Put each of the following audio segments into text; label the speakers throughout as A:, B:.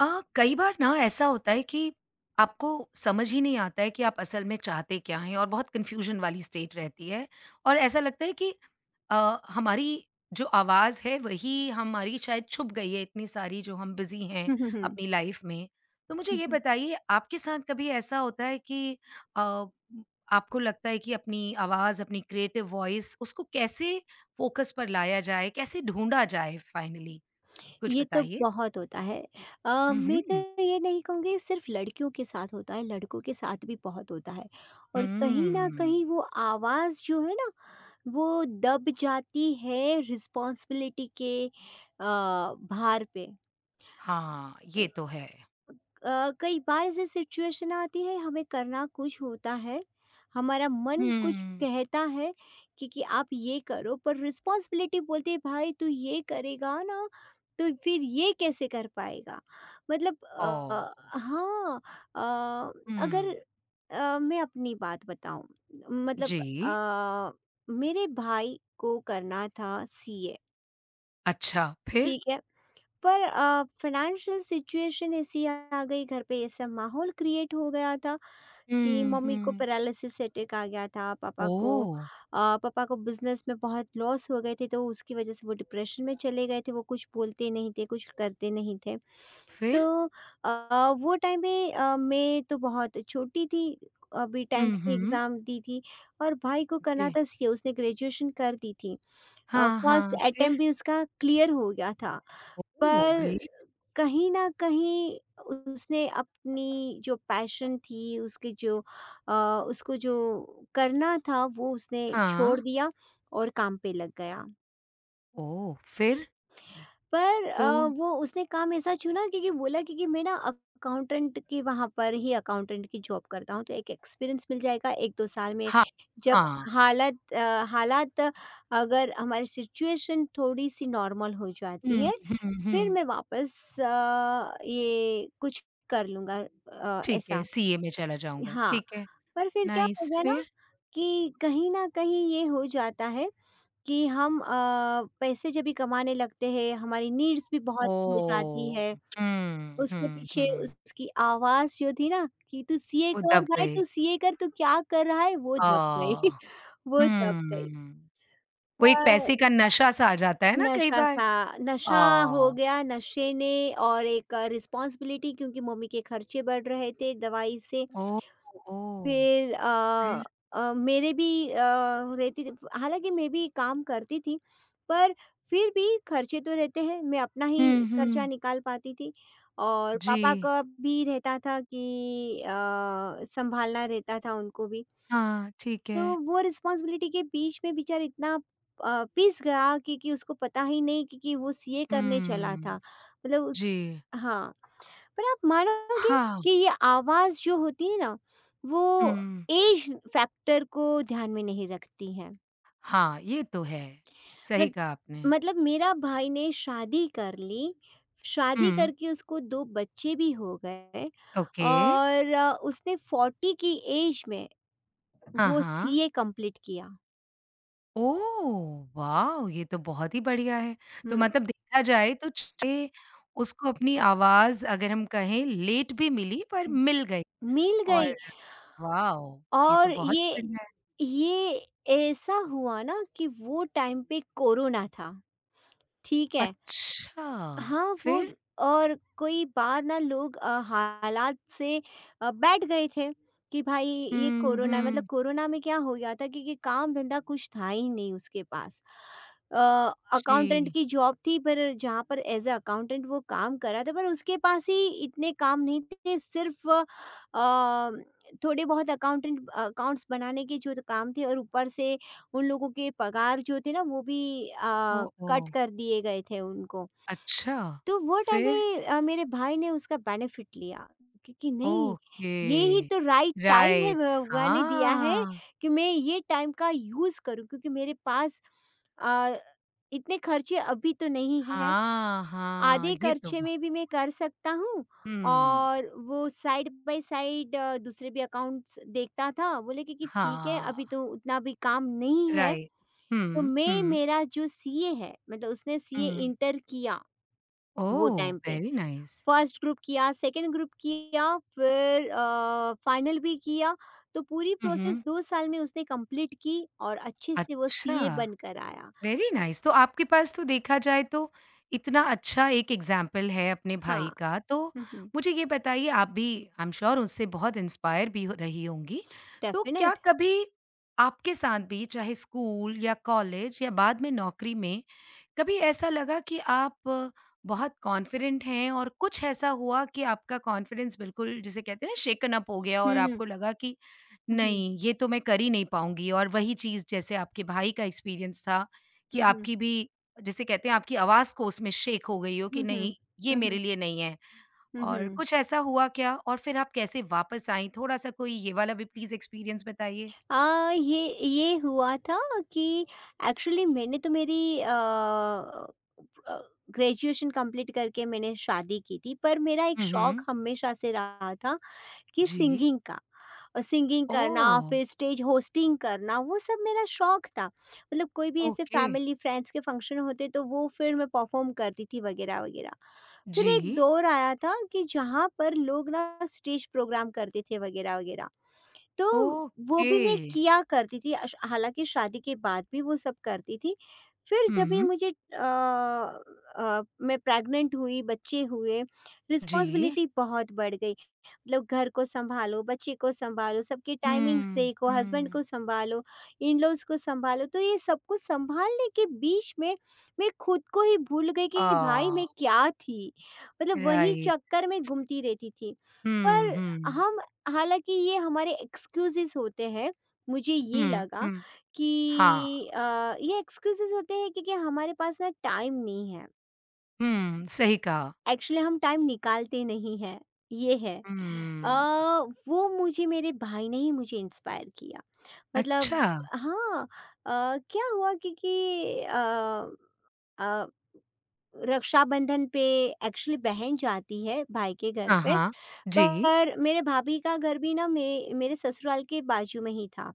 A: कई बार ना ऐसा होता है कि आपको समझ ही नहीं आता है कि आप असल में चाहते क्या हैं और बहुत कन्फ्यूजन वाली स्टेट रहती है और ऐसा लगता है कि हमारी जो आवाज़ है वही हमारी शायद छुप गई है इतनी सारी जो हम बिज़ी हैं
B: हुँ, हुँ, हुँ।
A: अपनी लाइफ में। तो मुझे
B: हुँ,
A: ये
B: हुँ।
A: बताइए आपके साथ कभी ऐसा होता है कि अ, म आपको लगता है कि अपनी आवाज़, अपनी क्रिएटिव वॉइस उसको कैसे फ़ोकस पर लाया जाए, कैसे ढूँढा जाए फाइनली? कुछ
B: ये तो
A: बताइए।
B: बहुत होता है।
A: हुँ,
B: मैं तो
A: हुँ।
B: ये नहीं कहूँगी सिर्फ़ लड़कियों के साथ होता है, लड़कों के साथ भी बहुत होता है।
A: हुँ।
B: और कहीं न कहीं वो आवाज़ जो है ना, वो दब जाती है रिस्पॉन्सिबिलिटी के भार पे।
A: हाँ, ये तो है।
B: कई बार ऐसी सिचुएशन आती है, हमें करना कुछ होता है, हमारा मन कुछ
A: हुँ।
B: कहता है कि आप ये करो, पर रिस्पॉन्सिबिलिटी बोलती है भाई तू ये करेगा ना, तो फिर ये कैसे कर पाएगा। मतलब
A: ओह!
B: हाँ। अ, अगर
A: हुँ।
B: मैं अपनी बात बताऊं, मतलब
A: जी।
B: अ, मेरे भाई को करना था सीए।
A: अच्छा, फिर?
B: ठीक है, पर फ़ाइनेंशियल सिचुएशन ऐसी आ गई, घर पे ऐसा माहौल क्रिएट हो गया था कि
A: हुँ,
B: मम्मी को
A: हुँ।
B: पैरालिसिस अटैक आ गया था। पापा को अ,
A: ओह!
B: पापा को बिजनेस में बहुत लॉस हो गए थे, तो उसकी वजह से वो डिप्रेशन में चले गए थे। वो कुछ बोलते नहीं थे, कुछ करते नहीं थे। तो
A: फिर?
B: वो टाइम पे मैं तो बहुत छोटी थी, अभी टेंथ
A: हुँ,
B: की
A: हुँ।
B: एग्ज़ाम दी थी। और भाई को करना
A: जी।
B: था सीए, उसने ग्रेजुएशन कर दी थी।
A: हाँ,
B: फर्स्ट
A: हाँ,
B: अटेम्प्ट
A: फिर?
B: भी उसका क्लियर हो गया था।
A: ओह!
B: पर
A: ग्रेट।
B: कहीं न कहीं उसने अपनी जो पैशन थी, उसकी जो अ, उसको जो करना था वो उसने छोड़
A: हाँ।
B: दिया और काम पे लग गया।
A: ओह! फिर?
B: पर
A: तो
B: वो उसने काम ऐसा चुना, क्योंकि बोला, क्योंकि मैं ना अकाउंटेंट की, वहाँ पर ही अकाउंटेंट की जॉब करता हूँ, तो एक एक्सपीरियंस मिल जाएगा 1-2 साल में।
A: हाँ,
B: जब
A: हाँ।
B: हालत हालात अगर हमारी सिचुएशन थोड़ी-सी नॉर्मल हो जाती
A: हुँ,
B: है,
A: हुँ,
B: फिर
A: हुँ।
B: मैं वापस ये कुछ कर लूँगा।
A: ठीक है,
B: ऐसा
A: सीए में चला जाऊँगा।
B: हाँ।
A: ठीक है,
B: पर फिर क्या हो
A: नाइस।
B: गया ना
A: फिर?
B: कि कहीं न कहीं ये हो जाता है कि हम पैसे जब भी कमाने लगते हैं, हमारी नीड्स भी बहुत हो जाती
A: ओह!
B: है।
A: हुँ,
B: उसके
A: हुँ,
B: पीछे
A: हुँ।
B: उसकी आवाज़ जो थी ना कि तू सीए
A: वो
B: कर
A: दब
B: भाई,
A: गए।
B: तू सीए कर, तू क्या कर रहा है? वो दब गई।
A: आह!
B: वो दब गई।
A: हुँ। वो एक पैसे का नशा-सा आ जाता है ना कई बार।
B: नशा-सा नशा हो
A: अ,
B: गया, नशे ने। और एक रिस्पॉन्सिबिलिटी, क्योंकि मम्मी के खर्चे बढ़ रहे थे दवाई से।
A: ओह! ओह!
B: फिर
A: फिर?
B: मेरे भी रहती थी। हालाँकि मैं भी काम करती थी, पर फिर भी खर्चे तो रहते हैं, मैं अपना ही
A: हुँ,
B: खर्चा
A: हुँ।
B: निकाल पाती थी। और पापा
A: जी।
B: का भी रहता था कि सँभालना रहता था उनको भी।
A: हाँ, ठीक है।
B: तो वो रिस्पॉन्सिबिलिटी के बीच में बेचारा इतना पिस गया कि उसको पता ही नहीं कि वो सीए करने चला था।
A: हुँ।
B: मतलब उस
A: जी।
B: हाँ। पर आप मानोगे
A: हाँ,
B: कि ये आवाज़ जो होती है ना, वो
A: हुँ।
B: ऐज फैक्टर को ध्यान में नहीं रखती है।
A: हाँ, ये तो है। सही
B: मत
A: कहा आपने।
B: मतलब मेरा भाई ने शादी कर ली, शादी
A: हुँ,
B: करके उसको 2 बच्चे भी हो गए।
A: ओके।
B: और उसने 40 की ऐज में
A: हाँ,
B: वो
A: हाँ।
B: सीए कंप्लीट किया।
A: ओह! वॉव! ये तो बहुत ही बढ़िया है। तो
B: हुँ।
A: मतलब देखा जाए तो छे उसको अपनी आवाज़ अगर हम कहें लेट भी मिली पर मिल गई
B: मिल गई।
A: और वाओ! ये
B: और
A: तो बहुत बढ़िया है।
B: ये ऐसा हुआ ना कि वो टाइम पे कोरोना था, ठीक है?
A: अच्छा,
B: हाँ, वो
A: फिर?
B: और कोई बार ना लोग हालात से बैठ गए थे कि भाई ये
A: हुँ,
B: कोरोना, मतलब
A: हुँ।
B: कोरोना में क्या हो गया था, क्योंकि काम-धंधा कुछ था ही नहीं उसके पास। अ, अकाउंटेंट
A: जी।
B: की जॉब थी, पर जहाँ पर एज़ अ अकाउंटेंट वो काम कर रहा था, पर उसके पास ही इतने काम नहीं थे। सिर्फ़ थोड़े बहुत अकाउंटेंट अकाउंट्स बनाने के जो काम थे। और ऊपर से उन लोगों के पगार जो थे ना वो भी
A: ओह!
B: कट
A: ओह!
B: कर दिए गए थे उनको।
A: अच्छा,
B: तो वो टाइम
A: फिर?
B: पे मेरे भाई ने उसका बेनिफिट लिया, क्योंकि नहीं
A: ओके,
B: ये ही तो राइट टाइम है,
A: राइट।
B: भगवान ने दिया है
A: हाँ,
B: कि मैं ये टाइम का यूज़ करूं, क्योंकि मेरे पास अ, इतने खर्चे अभी तो नहीं है,
A: हाँ, हाँ,
B: आधे
A: ये तो
B: खर्चे
A: ब
B: में भी मैं कर सकता हूँ।
A: हुँ,
B: और वो साइड बाय साइड दूसरे भी अकाउंट्स देखता था। बोले कि ठीक है, अभी
A: हाँ,
B: तो उतना भी काम नहीं है।
A: राइट।
B: तो
A: हुँ,
B: मैं,
A: हुँ,
B: मेरा जो सीए है, मतलब उसने सीए
A: हुँ।
B: इंटर किया। वो
A: ओह!
B: टाइम पे
A: वेरी नाइस।
B: फर्स्ट ग्रुप किया, सेकंड ग्रुप किया, फिर फाइनल भी किया। तो पूरी
A: हुँ,
B: प्रोसेस
A: हुँ।
B: 2 साल में उसने कंप्लीट की और अच्छे से वो
A: अच्छा।
B: सीए बनकर आया।
A: वेरी नाइस तो आपके पास तो देखा जाए तो इतना अच्छा एक एग्जाम्पल है अपने
B: हाँ,
A: भाई का तो
B: हुँ, हुँ,
A: मुझे ये बताइए आप भी आई एम श्योर उससे बहुत इंस्पायर भी रही होंगी तो क्या
B: डेफिनेट।
A: कभी आपके साथ भी चाहे स्कूल या कॉलेज या बाद में नौकरी में कभी ऐसा लगा कि आप बहुत कॉन्फिडेंट हैं और कुछ ऐसा हुआ कि आपका कॉन्फिडेंस बिल्कुल जिसे कहते हैं ना शेकन अप हो गया
B: हुँ,
A: और
B: हुँ,
A: आपको लगा कि
B: हुँ, हुँ,
A: नहीं, ये तो मैं कर ही नहीं पाऊँगी और वही चीज़ जैसे आपके भाई का एक्सपीरियंस था कि
B: हुँ, हुँ,
A: आपकी भी जिसे कहते हैं आपकी आवाज़ कोस में शेक हो गई हो कि
B: हुँ, हुँ,
A: नहीं, ये
B: हुँ,
A: मेरे
B: हुँ,
A: लिए नहीं है
B: हुँ,
A: और
B: हुँ।
A: कुछ ऐसा हुआ क्या? और फिर आप कैसे वापस आईं? थोड़ा-सा कोई ये वाला भी प्लीज़ एक्सपीरियंस बताइए?
B: अ, ये ये हुआ था कि एक्चुअली मैंने तो मेरी ग्रेजुएशन कंप्लीट करके मैंने शादी की थी, पर मेरा एक
A: हुँ,
B: शौक
A: हुँ।
B: हमेशा से रहा था कि
A: जी।
B: सिंगिंग का। सिंगिंग करना,
A: ओह!
B: फिर स्टेज होस्टिंग करना, वो सब मेरा शौक था। मतलब कोई भी ऐसे
A: ओके।
B: फैमिली फ्रेंड्स के फंक्शन होते तो वो फिर मैं परफॉर्म करती थी वगैरह वगैरह। फिर एक
A: जी।
B: दौर आया था कि जहाँ पर लोग ना स्टेज प्रोग्राम करते थे वगैरह वगैरह, तो वो
A: ओके।
B: भी मैं किया करती थी। हालांकि शादी के बाद भी वो सब करती थी। फिर जब भी
A: हुँ।
B: मुझे मैं प्रेग्नेंट हुई, बच्चे हुए,
A: जी।
B: रिस्पॉन्सिबिलिटी बहुत बढ़ गई। मतलब घर को सँभालो, बच्चे को सँभालो, सबकी टाइमिंग्स
A: हुँ,
B: देखो, हस्बैंड
A: हुँ।
B: को सँभालो, इन-लॉज़ को सँभालो, तो ये सब कुछ सँभालने के बीच में मैं खुद को ही भूल गई कि भाई
A: आह!
B: मैं क्या थी? मतलब वही
A: राइट।
B: चक्कर में घूमती रहती थी।
A: हुँ,
B: पर
A: हुँ।
B: हम हालाँकि ये हमारे एक्सक्यूज़ेज़ होते हैं, मुझे ये
A: हुँ,
B: लगा
A: हुँ। हाँ।
B: कि ये एक्सक्यूज़ेज़ होते हैं क्योंकि हमारे पास ना टाइम नहीं है।
A: हुँ, सही कहा।
B: एक्चुअली हम टाइम निकालते नहीं हैं, ये है। अ,
A: हुँ।
B: वो मुझे मेरे भाई ने ही मुझे इंस्पायर किया। मतलब
A: अच्छा।
B: हाँ। अ, क्या हुआ, क्योंकि अ, रक्षाबंधन पे एक्चुअली बहन जाती है भाई के घर
A: हाँ,
B: पे।
A: हाँ। जी,
B: पर मेरे भाभी का घर भी ना मे मेरे ससुराल के बाजू में ही था,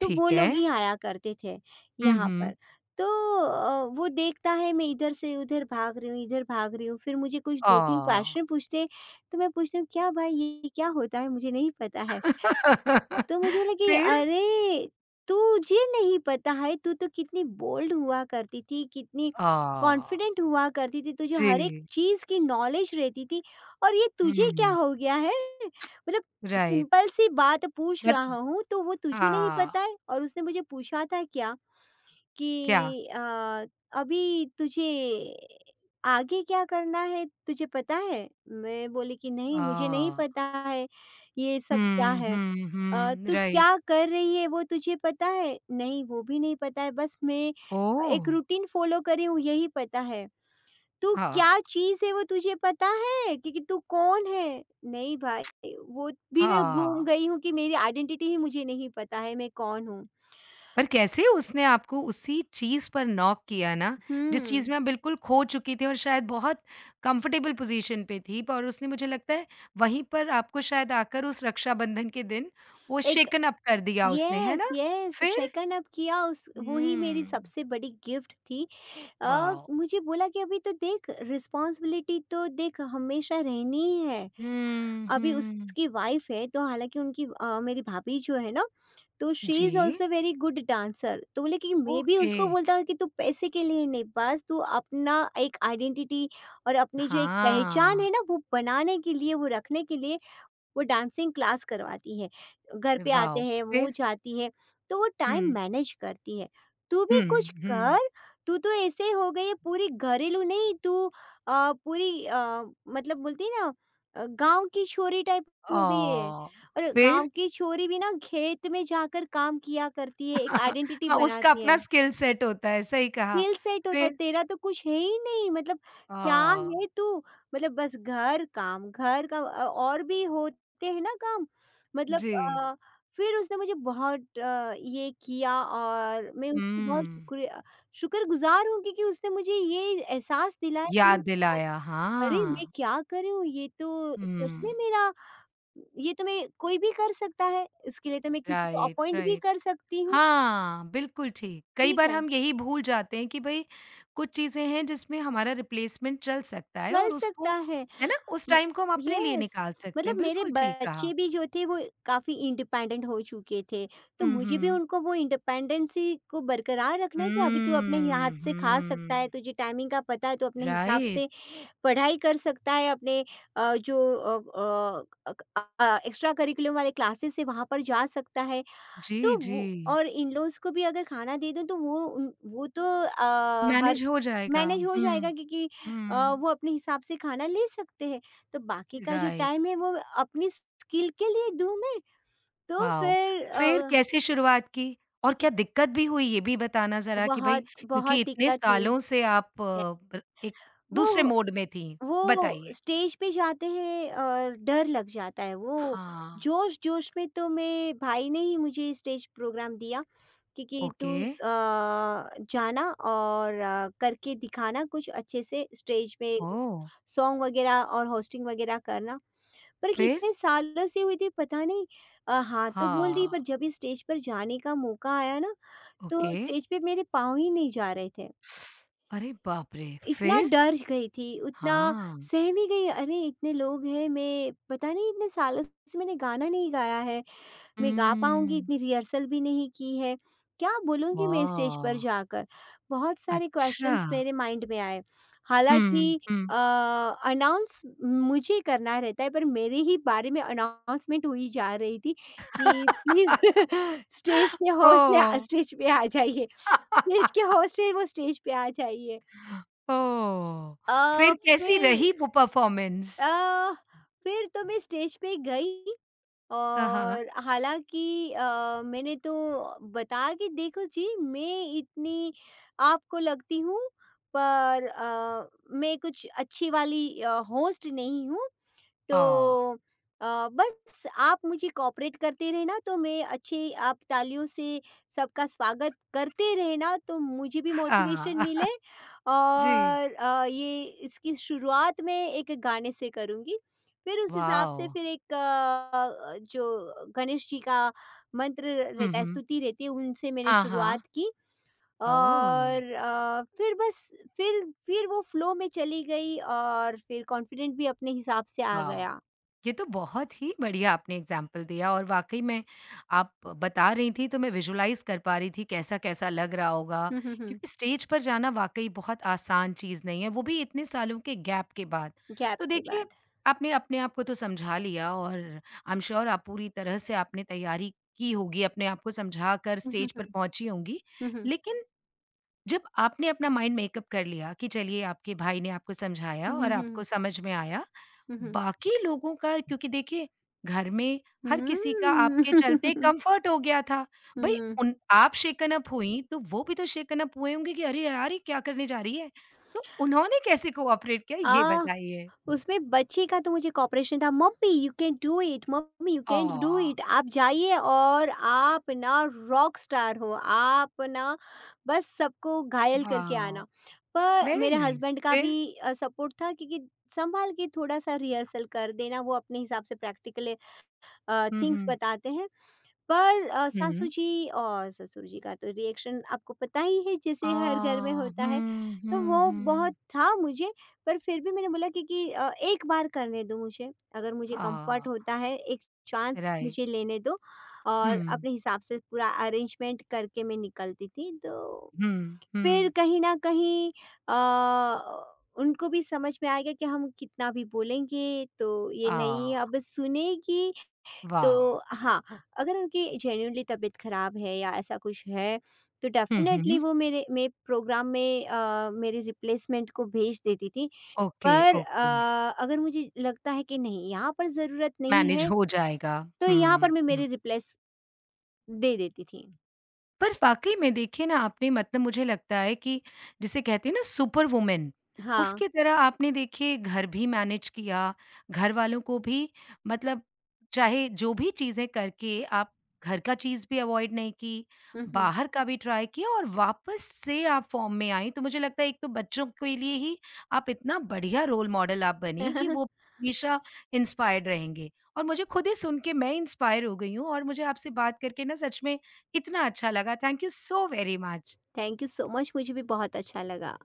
B: तो वो
A: ठीक है।
B: लोग ही आया करते थे
A: हुँ,
B: यहाँ पर।
A: हुँ।
B: तो वो देखता है, मैं इधर से उधर भाग रही हूँ, इधर भाग रही हूँ, फिर मुझे कुछ 2-3
A: आह!
B: क्वेश्चन पूछते, तो मैं पूछती हूँ, "क्या भाई ये क्या होता है? मुझे नहीं पता है।" तो मुझे लगी
A: फिर?
B: अरे! तुझे नहीं पता है, तू तो कितनी बोल्ड हुआ करती थी, कितनी
A: आह!
B: कॉन्फिडेंट हुआ करती थी, तुझे हर एक
A: जी।
B: चीज़ की नॉलेज रहती थी और ये तुझे क्या
A: हुँ,
B: हो गया है? मतलब
A: राइट।
B: सिंपल सी बात पूछ
A: बत
B: रहा हूँ, तो वो तुझे नहीं
A: हाँ,
B: पता है? और उसने मुझे पूछा था क्या
A: क्या?
B: कि अभी तुझे आगे क्या करना है, तुझे पता है? मैं बोली कि नहीं, मुझे नहीं
A: आह!
B: पता है, ये सब क्या
A: हुँ,
B: है।
A: हुँ, हुँ,
B: "तू
A: राइट।
B: क्या कर रही है वो तुझे पता है?" "नहीं, वो भी नहीं पता है, बस मैं
A: ओह!
B: एक रूटीन फ़ॉलो कर रही हूँ, यही पता है।" "तू
A: हाँ,
B: क्या चीज़ है वो तुझे पता है? कि तू कौन है?" "नहीं भाई, वो भी मैं गुम
A: हाँ।
B: गई हूँ, कि मेरी आइडेंटिटी ही मुझे नहीं पता है, मैं कौन हूँ।"
A: पर कैसे उसने आपको उसी चीज़ पर नॉक किया ना, जिस चीज़
B: हुँ,
A: में आप बिल्कुल खो चुकी थी और शायद बहुत कंफर्टेबल पोज़ीशन पे थी और उसने मुझे लगता है वहीं पर आपको शायद आकर उस रक्षाबंधन के दिन वो
B: एक
A: शेकन अप कर दिया उसने, है
B: यस,
A: ना?
B: यस
A: फिर?
B: शेकन अप किया उस, वो ही मेरी
A: हुँ।
B: सबसे बड़ी गिफ्ट थी।
A: वॉव!
B: मुझे बोला कि, "अभी तो देख, रिस्पॉन्सिबिलिटी तो देख हमेशा रहनी ही है।"
A: हुँ,
B: अभी
A: हुँ।
B: उसकी वाइफ है, तो हालाँकि उनकी मेरी भाभी जो है ना, तो शी इज़
A: जी,
B: ऑल्सो वेरी गुड डांसर। तो बोले कि मैं भी
A: ओके।
B: उसको बोलता कि तू पैसे के लिए नहीं, बस तू अपना एक आइडेंटिटी और अपनी जो एक पहचान
A: हाँ,
B: है ना, वो बनाने के लिए, वो रखने के लिए वो डांसिंग क्लास करवाती है। घर पे आते
A: वाओ!
B: हैं, वो
A: फिर?
B: जाती है, तो वो टाइम
A: हुँ,
B: मैनेज करती है। तू भी
A: हुँ,
B: कुछ
A: हुँ।
B: कर, तू तो ऐसे हो गई है पूरी घरेलू, नहीं तू पूरी मतलब बोलती है ना गाँव की छोरी टाइप हो गई है।
A: ओह!
B: और
A: फिर?
B: गाँव की छोरी भी ना खेत में जाकर काम किया करती है, एक आइडेंटिटी
A: हाँ, उसका
B: बनाती
A: अपना
B: है।
A: स्किल सेट होता है, सही कहा।
B: खेल सेट होता है,
A: फिर
B: तेरा तो कुछ है ही नहीं। मतलब क्या
A: अ,
B: है तू? मतलब बस घर, काम और भी होते हैं ना काम, मतलब
A: जी।
B: फिर उसने मुझे बहुत ये किया और मैं उसकी बहुत
A: हुँ,
B: शुक्रिया शुक्रगुज़ार हूँ, क्योंकि उसने मुझे ये एहसास दिलाया कि मैं
A: याद दिलाया,
B: क्या, अरे! मैं
A: हाँ।
B: क्या कर रही हूँ? ये तो सच में
A: हुँ,
B: मेरा, ये तो मैं कोई भी कर सकता है, इसके लिए तो मैं किसी को
A: राइट,
B: अपॉइंट भी
A: राइट।
B: कर सकती हूँ,
A: हाँ, बिल्कुल ठीक। कई
B: ठीक
A: बार
B: है।
A: हम यही भूल जाते हैं कि भई कुछ चीज़ें हैं जिसमें हमारा रिप्लेसमेंट चल सकता है
B: चल
A: और उसको
B: सकता है।
A: है ना? उस
B: म
A: टाइम को हम अपने लिए
B: यस,
A: निकाल सकते
B: मतलब
A: हैं,
B: मेरे
A: बिल्कुल ठीक कहा।
B: बच्चे भी जो थे वो काफ़ी इंडिपेंडेंट हो चुके थे, तो
A: हुँ,
B: मुझे भी
A: हुँ।
B: उनको वो इंडिपेंडेंसी को बरकरार रखना है कि अभी तू अपने ही
A: हुँ,
B: हाथ से खा सकता है,
A: हुँ।
B: तुझे टाइमिंग का पता है, तू अपने हिसाब
A: राइट।
B: से पढ़ाई कर सकता है, अपने अ, जो अ अ, अ, एक्स्ट्रा करिकुलम वाले क्लासेस है वहाँ पर जा सकता है।
A: जी,
B: तो
A: जी।
B: वो, और इन-लॉज़ को भी अगर खाना दे दूँ तो वो उन वो तो हर
A: मैनेज हो जाएगा।
B: मैनेज हो
A: हुँ।
B: जाएगा, क्योंकि
A: हुँ,
B: वो अपने हिसाब से खाना ले सकते हैं। तो बाकी का जो
A: राइट,
B: टाइम है वो अपनी स्किल के लिए दूँ मैं, तो
A: वॉव!
B: फिर
A: फिर कैसे शुरुआत की? और क्या दिक्कत भी हुई ये भी बताना ज़रा कि भई
B: बहुत बहुत
A: क्योंकि इतने
B: दिक्कत हुई
A: सालों से आप अ,
B: है।
A: ब एक
B: वो
A: दूसरे मोड में थीं,
B: वो
A: बताइए?
B: स्टेज पे जाते हैं और डर लग जाता है। वो
A: हाँ,
B: जोश-जोश में तो मैं, भाई ने ही मुझे स्टेज प्रोग्राम दिया कि तू
A: ओके,
B: जाना और करके दिखाना कुछ अच्छे से स्टेज पे,
A: ओह!
B: सॉन्ग वगैरह और होस्टिंग वगैरह करना। पर
A: फिर?
B: कितने सालों से हुई थी पता नहीं। हाँ, तो बोल दी,
A: हाँ,
B: पर जब भी स्टेज पर जाने का मौका आया ना, तो
A: ओके।
B: स्टेज पे मेरे पाँव ही नहीं जा रहे थे।
A: अरे बाप रे!
B: इतना
A: फिर?
B: डर गई थी, उतना
A: हाँ,
B: सहमी गई। अरे! इतने लोग हैं, मैं पता नहीं, इतने सालों से मैंने गाना नहीं गाया है, मैं गा
A: हुँ,
B: पाऊँगी? इतनी रिहर्सल भी नहीं की है, क्या बोलूँगी मैं स्टेज पर
A: वाह!
B: जाकर? बहुत सारे
A: अच्छा,
B: क्वेश्चंस मेरे माइंड में आए।
A: हुँ,
B: हालाँकि
A: हुँ,
B: अ, अनाउंस मुझे करना रहता है, पर मेरे ही बारे में अनाउंसमेंट हुई जा रही थी कि प्लीज़ स्टेज के होस्ट या
A: ओह!
B: स्टेज पे आ जाइए, स्टेज के होस्ट हैं वो स्टेज पे आ जाइए।
A: ओह!
B: अ,
A: फिर कैसी
B: फिर
A: रही वो परफ़ॉर्मेंस?
B: अ, फिर तो मैं स्टेज पे गई
A: हाँ, हाँ।
B: और हालाँकि मैंने तो बताया कि देखो जी, मैं इतनी आपको लगती हूँ पर मैं कुछ अच्छी वाली होस्ट नहीं हूँ, तो
A: ओह!
B: बस आप मुझे कोऑपरेट करते रहना, तो मैं अच्छी, आप तालियों से सबका स्वागत करते रहना, तो मुझे भी मोटिवेशन
A: हाँ।
B: मिले।
A: जी।
B: और ये इसकी शुरुआत मैं एक गाने से करूँगी। फिर उस हिसाब से
A: वॉव!
B: फिर एक जो गणेश जी का मंत्र
A: हुँ,
B: रहता है,
A: हुँ।
B: स्तुति रहती है उनसे मैंने
A: हाँ, हाँ।
B: शुरुआत की।
A: ओह!
B: और फिर बस, फिर वो फ्लो में चली गई और फिर कॉन्फिडेंट भी अपने हिसाब से आ
A: वॉव!
B: गया।
A: ये तो बहुत ही बढ़िया आपने एग्जाम्पल दिया और वाक़ई में आप बता रही थीं, तो मैं विजुलाइज़ कर पा रही थी कैसा-कैसा लग रहा होगा।
B: हुँ, हुँ, हुँ।
A: क्योंकि स्टेज पर जाना वाक़ई बहुत आसान चीज़ नहीं है, वो भी इतने सालों के गैप के बाद।
B: गैप
A: तो
B: के
A: देखिए,
B: बाद।
A: आपने अपने आप को तो समझा लिया और आई एम श्योर आप पूरी तरह से आपने तैयारी की होगी, अपने आप को समझा कर
B: हुँ, हुँ,
A: स्टेज
B: हुँ।
A: पर पहुँची होंगी।
B: हुँ, हुँ।
A: लेकिन जब आपने अपना माइंड मेकअप कर लिया कि चलिए आपके भाई ने आपको समझाया
B: हुँ, हुँ,
A: और आपको
B: हुँ,
A: समझ में आया,
B: हुँ, हुँ।
A: बाकी लोगों का क्योंकि देखिए घर में हर किसी का आपके चलते
B: हुँ।
A: कम्फर्ट हो गया था। भई
B: हुँ।
A: उन आप शेकन अप हुईं तो वो भी तो शेकन अप हुए होंगे कि अरे यार! ये क्या करने जा रही है? तो उन्होंने कैसे कोऑपरेट किया ये
B: आह!
A: बताइए?
B: उसमें बच्चे का तो मुझे कॉपरेशन था, "mummy you can do it, mummy you can do
A: ah!
B: It." आप जाइए और आप ना रॉक स्टार हो, आप ना बस सबको घायल करके
A: वाओ!
B: आना। पर
A: वेरी
B: मेरे
A: नाइस
B: हस्बैंड का भी
A: फिर?
B: सपोर्ट था क्योंकि संभाल के थोड़ा-सा रिहर्सल कर देना, वो अपने हिसाब से प्रैक्टिकल
A: हुँ,
B: थिंग्स
A: हुँ।
B: बताते हैं। पर सासू
A: हुँ।
B: जी और ससुर जी का तो रिएक्शन आपको पता ही है, जैसे हर घर में
A: आह!
B: होता है,
A: हुँ, हुँ,
B: तो वो बहुत
A: हुँ।
B: था मुझे, पर फिर भी मैंने बोला कि एक बार करने दो मुझे, अगर मुझे कम्फ़र्ट
A: हाँ,
B: होता है, एक चांस
A: राइट।
B: मुझे लेने दो। और
A: हुँ।
B: अपने हिसाब से पूरा अरेंजमेंट करके मैं निकलती थी। तो
A: हुँ,
B: फिर
A: हुँ।
B: कहीं न कहीं अ, उनको भी समझ में आ गया कि हम कितना भी बोलेंगे तो ये नहीं
A: आह!
B: अब सुनेगी।
A: वाओ!
B: तो हाँ, अगर उनकी जेन्युइनली तबीयत खराब है या ऐसा कुछ है, तो
A: हुँ,
B: डेफ़िनेटली
A: हुँ।
B: वो मेरे, मैं प्रोग्राम में मेरे रिप्लेसमेंट को भेज देती थी।
A: ओके,
B: पर
A: ओके।
B: अगर मुझे लगता है कि नहीं, यहाँ पर ज़रूरत नहीं
A: मैनेज
B: है,
A: हो जाएगा।
B: तो यहाँ
A: हुँ,
B: पर मैं
A: हुँ।
B: मेरे रिप्लेस दे देती थी।
A: पर वाक़ई में देखिए ना आपने मतलब मुझे लगता है कि जिसे कहते हैं ना सुपर वुमन,
B: हाँ।
A: उसकी तरह आपने देखिए घर भी मैनेज किया, घरवालों को भी मतलब चाहे जो भी चीज़ें करके आप घर का चीज़ भी अवॉइड नहीं की,
B: हुँ, हुँ।
A: बाहर का भी ट्राई किया और वापस से आप फ़ॉर्म में आई। तो मुझे लगता है एक तो बच्चों के लिए ही आप इतना बढ़िया रोल मॉडल आप बनी कि वो हमेशा इंस्पायर्ड रहेंगे और मुझे खुद ही सुन के मैं इंस्पायर हो गई हूँ और मुझे आपसे बात करके ना सच में इतना अच्छा लगा। Thank you so very much.
B: Thank you so much. मुझे भी बहुत अच्छा लगा।